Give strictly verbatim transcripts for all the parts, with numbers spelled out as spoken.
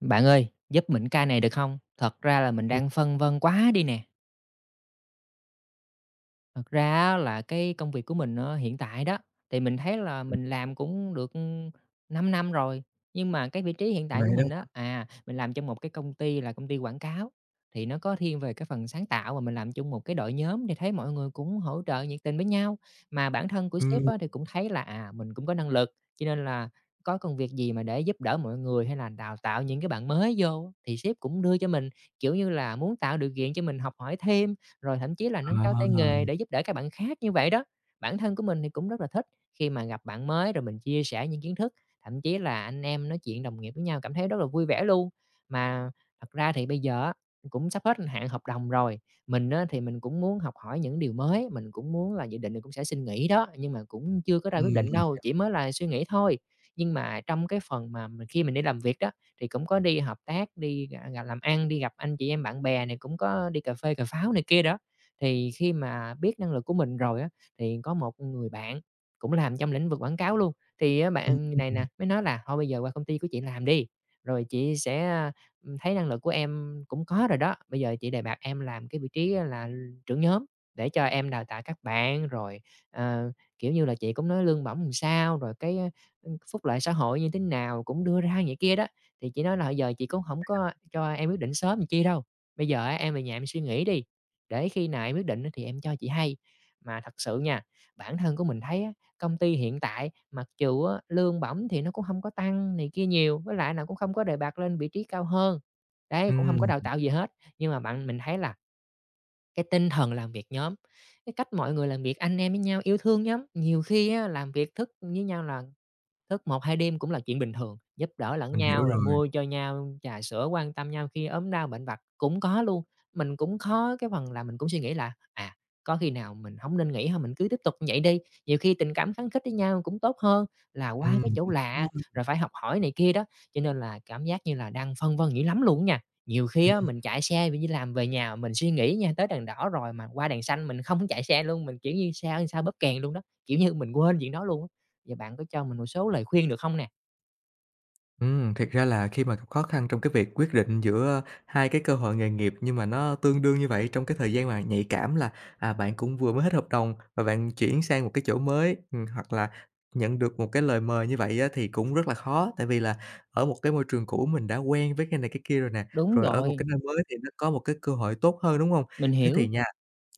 Bạn ơi, giúp mình cái ca này được không? Thật ra là mình Ừm, đang phân vân quá đi nè. Thật ra á là cái công việc của mình, ơ, hiện tại đó, thì mình thấy là mình làm cũng được, ưm, 5 năm rồi, nhưng mà cái vị trí hiện tại của vậy mình đó. á, à, mình làm trong một cái công ty là công ty quảng cáo, thì nó có thiên về cái phần sáng tạo và mình làm chung một cái đội nhóm thì thấy mọi người cũng hỗ trợ nhiệt tình với nhau. Mà bản thân của sếp Ừm, á thì cũng thấy là, à, mình cũng có năng lực, cho nên là có công việc gì mà để giúp đỡ mọi người hay là đào tạo những cái bạn mới vô thì sếp cũng đưa cho mình, kiểu như là, muốn tạo điều kiện cho mình học hỏi thêm, rồi thậm chí là nâng cao tay à, nghề để giúp đỡ các bạn khác như vậy đó. Bản thân của mình thì cũng rất là thích khi mà gặp bạn mới rồi mình chia sẻ những kiến thức, thậm chí là anh em nói chuyện đồng nghiệp với nhau cảm thấy rất là vui vẻ luôn. Mà thật ra thì bây giờ á, cũng sắp hết hạn hợp đồng rồi, mình á, thì mình cũng muốn học hỏi những điều mới, mình cũng muốn là dự định là cũng sẽ xin nghỉ đó, nhưng mà cũng chưa có ra quyết ừm, định mình đâu, hiểu. chỉ mới là suy nghĩ thôi. Nhưng mà trong cái phần mà mình khi mình đi làm việc đó thì cũng có đi hợp tác, đi, à, gà làm ăn, đi gặp anh chị em bạn bè này, cũng có đi cà phê, cà pháo này kia đó. Thì khi mà biết năng lực của mình rồi á, thì có một người bạn cũng làm trong lĩnh vực quảng cáo luôn, thì á Ừm, bạn này ừm, nè mới nói là "Thôi bây giờ qua công ty của chị làm đi, rồi chị sẽ, a, thấy năng lực của em cũng có rồi đó, bây giờ chị đề bạt em làm cái vị trí là trưởng nhóm để cho em đào tạo các bạn." Rồi, ờ, kiểu như là, chị cũng nói lương bổng làm sao, rồi cái, a, phúc lợi xã hội như thế nào cũng đưa ra vậy kia đó. Thì chị nói là "Giờ chị cũng không có cho em quyết định sớm làm chi đâu, bây giờ á em về nhà em suy nghĩ đi, để khi nào em quyết định á thì em cho chị hay." Mà thật sự nha, bản thân của mình thấy á, công ty hiện tại mặc dù á lương bổng thì nó cũng không có tăng này kia nhiều, với lại là cũng không có đề bạt lên vị trí cao hơn, đấy, cũng không có ừm, đào tạo gì hết. Nhưng mà bạn mình thấy là cái tinh thần làm việc nhóm, cái cách mọi người làm việc anh em với nhau, yêu thương nhóm, nhiều khi á làm việc thức với nhau là thức một hai đêm cũng là chuyện bình thường, giúp đỡ lẫn mình hiểu nhau rồi rồi. mua cho nhau trà sữa, quan tâm nhau khi ốm đau bệnh vặt cũng có luôn. Mình cũng khó cái phần là mình cũng suy nghĩ là, à, có khi nào mình không nên nghỉ hông, mình cứ tiếp tục như vậy đi, nhiều khi tình cảm khăng khít với nhau cũng tốt hơn là qua cái Ừm, chỗ Cũng khó lạ ha. rồi phải học hỏi này kia đó. Cho nên là cảm giác như là đang phân vân dữ lắm luôn nha. Nhiều khi á, Ừm, mình chạy xe mình đi làm về nhà mình suy nghĩ nha, tới đèn đỏ rồi mà qua đèn xanh mình không chạy xe luôn, mình, kiểu như, sao sao bóp kèn luôn đó, kiểu như, mình quên chuyện đó luôn á. Vậy bạn có cho mình một số lời khuyên được không nè? Ừm, thiệt ra là khi mà gặp khó khăn trong cái việc quyết định giữa hai cái cơ hội nghề nghiệp nhưng mà nó tương đương như vậy trong cái thời gian mà nhạy cảm là, à, bạn cũng vừa mới hết hợp đồng và bạn chuyển sang một cái chỗ mới, ừm, hoặc là nhận được một cái lời mời như vậy á thì cũng rất là khó. Tại vì là ở một cái môi trường cũ mình đã quen với cái này cái kia rồi nè, Đúng rồi ở một rồi, cái nơi mới thì nó có một cái cơ hội tốt hơn, đúng hông? mình Thế hiểu. thì nha,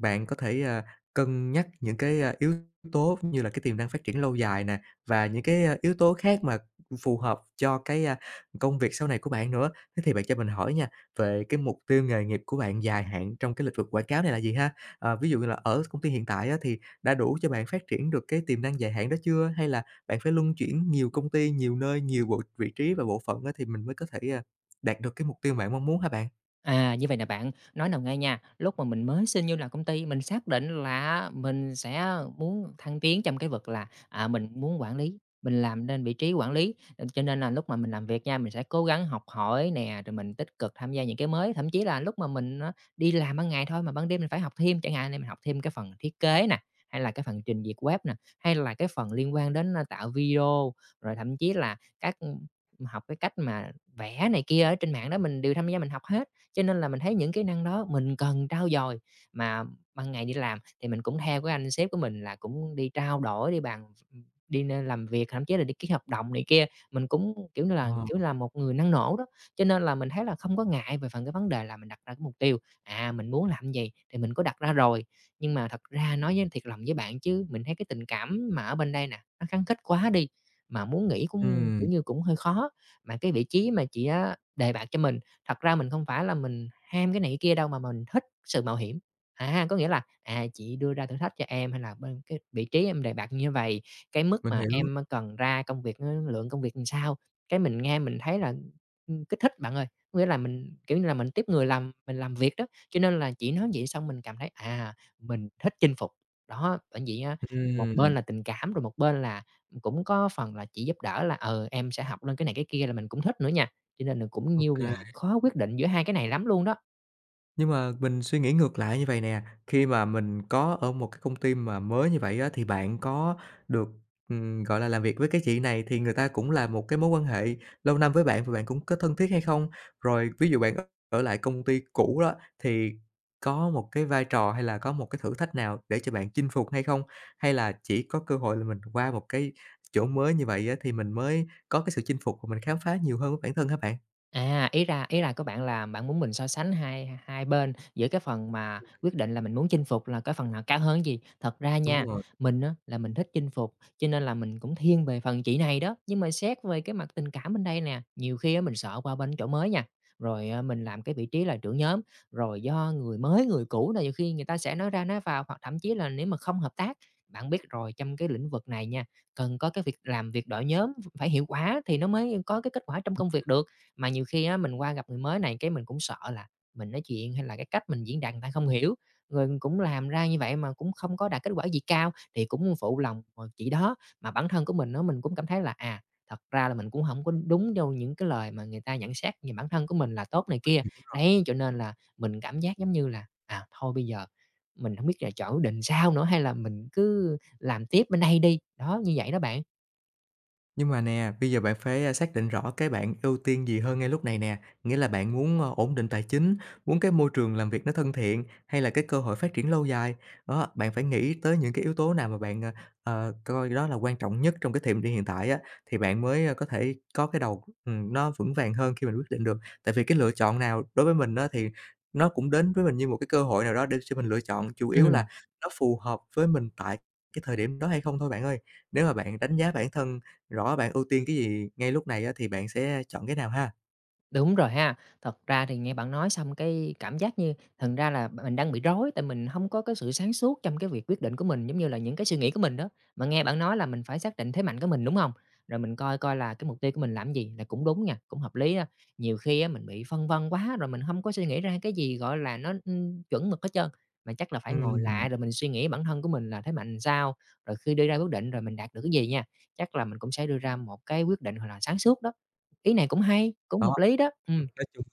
bạn có thể, à, cân nhắc những cái, a, yếu tố như là cái tiềm năng phát triển lâu dài nè, và những cái, a, yếu tố khác mà phù hợp cho cái, a, công việc sau này của bạn nữa. Thế thì bạn cho mình hỏi nha, về cái mục tiêu nghề nghiệp của bạn dài hạn trong cái lĩnh vực quảng cáo này là gì ha? Ờ, Ví dụ như là ở công ty hiện tại á, thì đã đủ cho bạn phát triển được cái tiềm năng dài hạn đó chưa? Hay là bạn phải luân chuyển nhiều công ty, nhiều nơi, nhiều bộ vị trí và bộ phận á, thì mình mới có thể, a, đạt được cái mục tiêu bạn mong muốn hả bạn? À, như vậy là bạn, nói nào nghe nha, lúc mà mình mới xin vô làm công ty, mình xác định là mình sẽ muốn thăng tiến trong cái vực là, à, mình muốn quản lý, mình làm nên vị trí quản lý. Ờ, cho nên là lúc mà mình làm việc nha, mình sẽ cố gắng học hỏi nè, rồi mình tích cực tham gia những cái mới, thậm chí là lúc mà mình á đi làm ban ngày thôi mà ban đêm mình phải học thêm, chẳng hạn như mình học thêm cái phần thiết kế nè, hay là cái phần trình duyệt web nè, hay là cái phần liên quan đến, a, tạo video, rồi thậm chí là các học cái cách mà vẽ này kia ở trên mạng đó, mình đều tham gia mình học hết. Cho nên là mình thấy những kỹ năng đó mình cần trau dồi, mà ban ngày đi làm thì mình cũng theo cái anh sếp của mình là cũng đi trao đổi, đi bàn đi nên làm việc, thậm chí là đi ký hợp đồng này kia. Mình cũng, kiểu như là, Ờ, kiểu là, một người năng nổ đó, cho nên là mình thấy là không có ngại về phần cái vấn đề là mình đặt ra cái mục tiêu, à, mình muốn làm gì thì mình có đặt ra rồi. Nhưng mà thật ra nói với thiệt lòng với bạn chứ mình thấy cái tình cảm mà ở bên đây nè, nó gắn kết quá đi, mà muốn nghỉ cũng, ừm, kiểu như, cũng hơi khó. Mà cái vị trí mà chị á đề bạt cho mình thật ra mình không phải là mình ham cái này cái kia đâu, mà mình thích sự mạo hiểm. À, có nghĩa là, à, chị đưa ra thử thách cho em hay là bên cái vị trí em đề bạt như vậy cái mức mình mà hiểu. em cần ra công việc, ờ, lượng công việc làm sao. Cái mình nghe mình thấy là, ưm, kích thích bạn ơi, có nghĩa là mình, kiểu như là, mình tiếp người làm mình làm việc đó, cho nên là chị nói vậy xong mình cảm thấy, à, mình thích chinh phục. Đó, bởi vậy á, một bên Ừm, là tình cảm, rồi một bên là cũng có phần là chị giúp đỡ là, ờ, em sẽ học lên cái này cái kia là mình cũng thích nữa nha. Cho nên là cũng ô nhiêu là khó quyết định giữa hai cái này lắm luôn đó. Nhưng mà mình suy nghĩ ngược lại như vậy nè, khi mà mình có ở một cái công ty mà mới như vậy á, thì bạn có được, ừm, gọi là, làm việc với cái chị này thì người ta cũng là một cái mối quan hệ lâu năm với bạn và bạn cũng có thân thiết hay không? Rồi ví dụ bạn ở ở lại công ty cũ đó thì có một cái vai trò hay là có một cái thử thách nào để cho bạn chinh phục hay không? Hay là chỉ có cơ hội là mình qua một cái chỗ mới như vậy á, thì mình mới có cái sự chinh phục và mình khám phá nhiều hơn với bản thân hả bạn? À, ý ra ý là của bạn là bạn muốn mình so sánh hai hai bên giữa cái phần mà quyết định là mình muốn chinh phục là cái phần nào cao hơn cái gì. Thật ra nha, Đúng. mình á là mình thích chinh phục, cho nên là mình cũng thiên về phần chị này đó, nhưng mà xét về cái mặt tình cảm bên đây nè, nhiều khi á mình sợ qua bên chỗ mới nha, rồi, à, mình làm cái vị trí là trưởng nhóm, rồi do người mới, người cũ là nhiều khi người ta sẽ nói ra nói vào hoặc thậm chí là nếu mà không hợp tác, bạn biết rồi trong cái lĩnh vực này nha, cần có cái việc làm việc đội nhóm, phải hiệu quả thì nó mới có cái kết quả trong công việc được. Mà nhiều khi á, mình qua gặp người mới này cái mình cũng sợ là mình nói chuyện hay là cái cách mình diễn đạt người ta không hiểu, rồi cũng làm ra như vậy mà cũng không có đạt kết quả gì cao thì cũng phụ lòng, ờ, chị đó. Mà bản thân của mình nó mình cũng cảm thấy là, à, thật ra là mình cũng không có đúng đâu những cái lời mà người ta nhận xét về bản thân của mình là tốt này kia. Đấy, cho nên là mình cảm giác giống như là, à, thôi bây giờ mình không biết là chọn quyết định sao nữa, hay là mình cứ làm tiếp bên đây đi. Đó, như vậy đó bạn. Nhưng mà nè, bây giờ bạn phải, a, xác định rõ cái bạn ưu tiên gì hơn ngay lúc này nè. Nghĩa là bạn muốn, ơ, ổn định tài chính, muốn cái môi trường làm việc nó thân thiện hay là cái cơ hội phát triển lâu dài. Đó, bạn phải nghĩ tới những cái yếu tố nào mà bạn, ờ, ờ, coi đó là quan trọng nhất trong cái thời điểm hiện tại á, thì bạn mới, ơ, có thể có cái đầu, ừm, nó vững vàng hơn khi mình quyết định được. Tại vì cái lựa chọn nào đối với mình đó thì nó cũng đến với mình như một cái cơ hội nào đó để cho mình lựa chọn, chủ yếu Ừ. là nó phù hợp với mình tại cái thời điểm đó hay không thôi bạn ơi. Nếu mà bạn đánh giá bản thân rõ bạn ưu tiên cái gì ngay lúc này á, thì bạn sẽ chọn cái nào ha? Đúng rồi ha. Thật ra thì nghe bạn nói xong cái cảm giác như thật ra là mình đang bị rối, tại mình không có cái sự sáng suốt trong cái việc quyết định của mình, giống như là những cái suy nghĩ của mình đó. Mà nghe bạn nói là mình phải xác định thế mạnh của mình, đúng không? Rồi mình coi coi là cái mục tiêu của mình làm gì là cũng đúng nha, cũng hợp lý á. Nhiều khi á mình bị phân vân quá rồi mình không có suy nghĩ ra cái gì, gọi là, nó, ưm, chuẩn mực hết trơn, mà chắc là phải ngồi Ừm, lại rồi mình suy nghĩ bản thân của mình là thế mạnh sao, rồi khi đưa ra quyết định rồi mình đạt được cái gì nha. Chắc là mình cũng sẽ đưa ra một cái quyết định, gọi là, sáng suốt đó. Ý này cũng hay, cũng đó, hợp lý đó. Ừ, ừm, nói chung,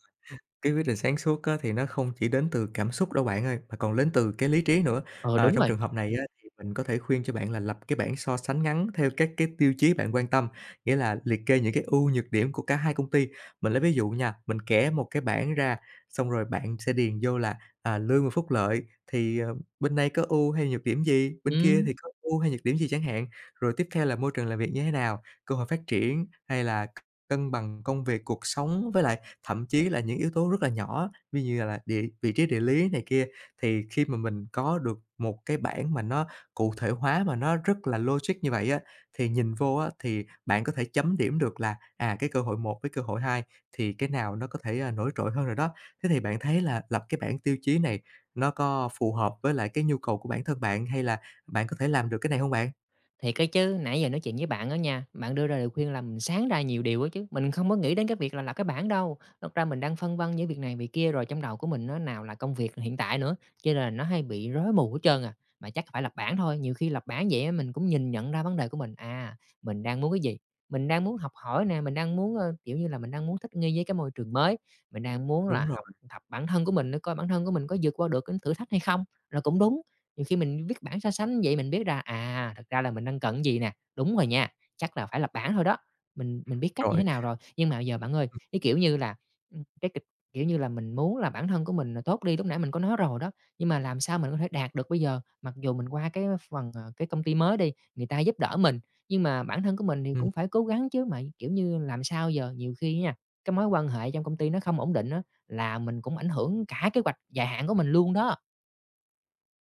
cái quyết định sáng suốt á, thì nó không chỉ đến từ cảm xúc đâu bạn ơi, mà còn đến từ cái lý trí nữa. ờ, Ờ, đúng Trong rồi, trường hợp này á, thì mình có thể khuyên cho bạn là lập cái bảng so sánh ngắn theo các cái tiêu chí bạn quan tâm, nghĩa là liệt kê những cái ưu nhược điểm của cả hai công ty. Mình lấy ví dụ nha, mình vẽ một cái bảng ra, xong rồi bạn sẽ điền vô là, à, lương và phúc lợi thì, ờ, bên này có ưu hay nhược điểm gì, bên kia ừm. thì có ưu hay nhược điểm gì chẳng hạn. Rồi tiếp theo là môi trường làm việc như thế nào, cơ hội phát triển hay là cân bằng công việc, cuộc sống với lại thậm chí là những yếu tố rất là nhỏ, ví như là địa vị trí địa lý này kia, thì khi mà mình có được một cái bảng mà nó cụ thể hóa mà nó rất là logic như vậy á, thì nhìn vô á, thì bạn có thể chấm điểm được là, à, cái cơ hội một với cơ hội hai thì cái nào nó có thể, à, nổi trội hơn rồi đó. Thế thì bạn thấy là lập cái bảng tiêu chí này nó có phù hợp với lại cái nhu cầu của bản thân bạn hay là bạn có thể làm được cái này không bạn? Thiệt cái chứ, nãy giờ nói chuyện với bạn đó nha, bạn đưa ra lời khuyên là mình sáng ra nhiều điều á chứ. Mình không có nghĩ đến cái việc là lập cái bảng đâu. Thật ra mình đang phân vân với việc này việc kia rồi trong đầu của mình nó nào là công việc hiện tại nữa, cho nên là nó hay bị rối mù hết trơn à. Mà chắc phải lập bảng thôi, nhiều khi lập bảng vậy á mình cũng nhìn nhận ra vấn đề của mình, à, mình đang muốn cái gì? Mình đang muốn học hỏi nè, mình đang muốn, ơ, kiểu như là, mình đang muốn thích nghi với cái môi trường mới, mình đang muốn là Đúng rồi. học tập bản thân của mình để coi bản thân của mình có vượt qua được cái thử thách hay không, là cũng đúng. Nhiều khi mình viết bảng so sánh vậy mình biết ra, à, thực ra là mình đang cần cái gì nè, đúng rồi nha, chắc là phải lập bảng thôi đó, mình mình biết cách như thế Rồi. nào rồi. Nhưng mà giờ bạn ơi, cái kiểu như là, ừm, cái kịch kiểu như là, mình muốn là bản thân của mình, à, tốt đi, lúc nãy mình có nói rồi đó, nhưng mà làm sao mình có thể đạt được bây giờ? Mặc dù mình qua cái phần, ờ, cái công ty mới đi, người ta giúp đỡ mình, nhưng mà bản thân của mình thì cũng phải cố gắng chứ, mà, kiểu như, làm sao giờ? Nhiều khi nha, cái mối quan hệ trong công ty nó không ổn định á, là mình cũng ảnh hưởng cả kế hoạch dài hạn của mình luôn đó.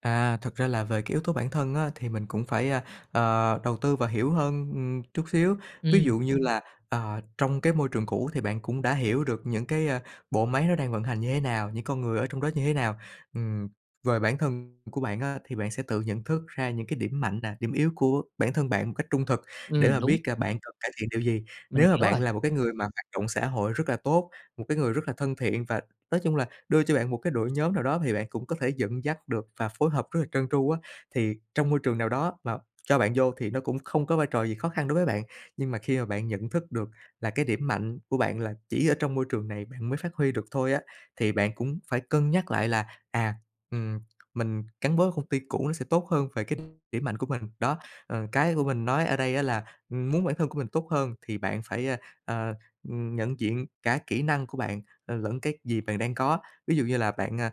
À, thật ra là về cái yếu tố bản thân á, thì mình cũng phải, a, ờ, đầu tư và hiểu hơn, ừm, chút xíu. Ví Ừm, dụ như là, ờ, trong cái môi trường cũ thì bạn cũng đã hiểu được những cái, a, bộ máy nó đang vận hành như thế nào, những con người ở trong đó như thế nào. Ừm, về bản thân của bạn á, thì bạn sẽ tự nhận thức ra những cái điểm mạnh nè, điểm yếu của bản thân bạn một cách trung thực để ừm, mà đúng. biết là bạn cần cải thiện điều gì. Mình Nếu mà hiểu bạn rồi. là một cái người mà hoạt động xã hội rất là tốt, một cái người rất là thân thiện và nói chung là đưa cho bạn một cái đội nhóm nào đó thì bạn cũng có thể dẫn dắt được và phối hợp rất là trơn tru á. Thì trong môi trường nào đó mà cho bạn vô thì nó cũng không có vai trò gì khó khăn đối với bạn, nhưng mà khi mà bạn nhận thức được là cái điểm mạnh của bạn là chỉ ở trong môi trường này bạn mới phát huy được thôi á, thì bạn cũng phải cân nhắc lại là, à, ừm, mình gắn bó ở công ty cũ nó sẽ tốt hơn về cái điểm mạnh của mình. Đó, ờ, cái của mình nói ở đây á là, ừm, muốn bản thân của mình tốt hơn thì bạn phải, a, ờ, nhận diện cả kỹ năng của bạn, ờ, lẫn cái gì bạn đang có. Ví dụ như là bạn, à,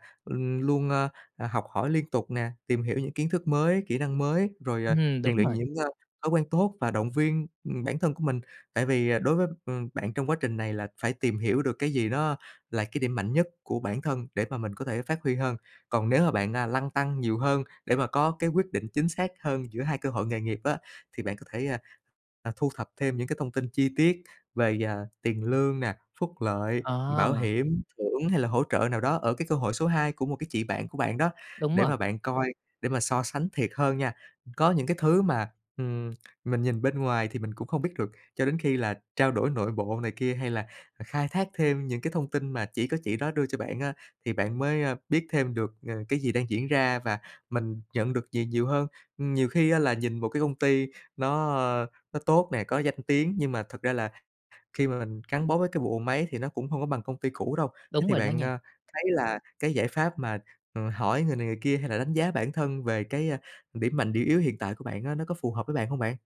luôn, ơ, à, học hỏi liên tục nè, tìm hiểu những kiến thức mới, kỹ năng mới, rồi, à, Ừm, đúng rèn luyện rồi. những, a, thói quen tốt và động viên, ừm, bản thân của mình. Tại vì, à, đối với, ừm, bạn trong quá trình này là phải tìm hiểu được cái gì nó là cái điểm mạnh nhất của bản thân để mà mình có thể phát huy hơn. Còn nếu mà bạn, à, lăn tăn nhiều hơn để mà có cái quyết định chính xác hơn giữa hai cơ hội nghề nghiệp á, thì bạn có thể, à, à, thu thập thêm những cái thông tin chi tiết về, à, tiền lương nè, phúc lợi, Ờ, bảo hiểm thưởng hay là hỗ trợ nào đó ở cái cơ hội số hai của một cái chị bạn của bạn đó, đúng để rồi, mà bạn coi, để mà so sánh thiệt hơn nha. Có những cái thứ mà, ừm, mình nhìn bên ngoài thì mình cũng không biết được, cho đến khi là trao đổi nội bộ này kia, hay là khai thác thêm những cái thông tin mà chỉ có chị đó đưa cho bạn á, thì bạn mới, a, biết thêm được, ờ, cái gì đang diễn ra và mình nhận được gì nhiều hơn. Ừm, nhiều khi á là nhìn một cái công ty nó, ơ, nó tốt nè, có danh tiếng nhưng mà thật ra là khi mà mình gắn bó với cái vụ máy thì nó cũng hông có bằng công ty cũ đâu. Thế đúng thì rồi đó bạn, nha. ơ, thấy là cái giải pháp mà, ờ, hỏi người này người kia hay là đánh giá bản thân về cái, a, điểm mạnh, điểm yếu hiện tại của bạn á, nó có phù hợp với bạn hông bạn?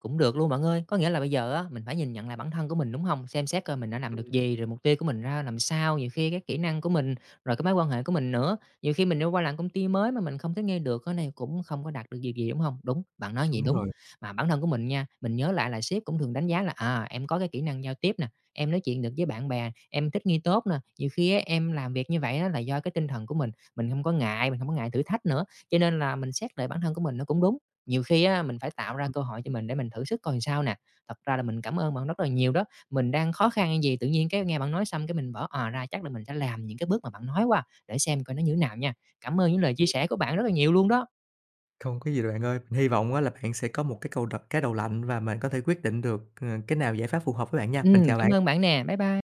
Cũng được luôn bạn ơi, có nghĩa là bây giờ á, mình phải nhìn nhận lại bản thân của mình, đúng không? Xem xét coi mình đã làm được Ừm, gì, rồi mục tiêu của mình ra làm sao, nhiều khi cái kỹ năng của mình, rồi cái mối quan hệ của mình nữa. Nhiều khi mình đi qua làm công ty mới mà mình không thích nghi được cái này cũng không có đạt được gì gì, đúng không? Đúng, bạn nói vậy đúng đúng. rồi. Mà bản thân của mình nha, mình nhớ lại là sếp cũng thường đánh giá là, à, em có cái kỹ năng giao tiếp nè, em nói chuyện được với bạn bè, em thích nghi tốt nè. Nhiều khi á, em làm việc như vậy á là do cái tinh thần của mình, mình không có ngại, mình không có ngại thử thách nữa, cho nên là mình xét lại bản thân của mình nó cũng đúng. Nhiều khi á, mình phải tạo ra Ừm, cơ hội cho mình để mình thử sức coi sao nè. Thật ra là mình cảm ơn bạn rất là nhiều đó, mình đang khó khăn hay gì, tự nhiên cái nghe bạn nói xong cái mình bỏ, à, ra chắc là mình sẽ làm những cái bước mà bạn nói qua để xem coi nó như thế nào nha. Cảm ơn những lời chia ừm, sẻ của bạn rất là nhiều luôn đó. Không có gì đâu bạn ơi. Mình hy vọng á là bạn sẽ có một cái câu đ cái đầu lạnh và mình có thể quyết định được, ờ, cái nào giải pháp phù hợp với bạn nha. Mình Ừm, chào cảm ơn bạn. bạn nè. Bye bye.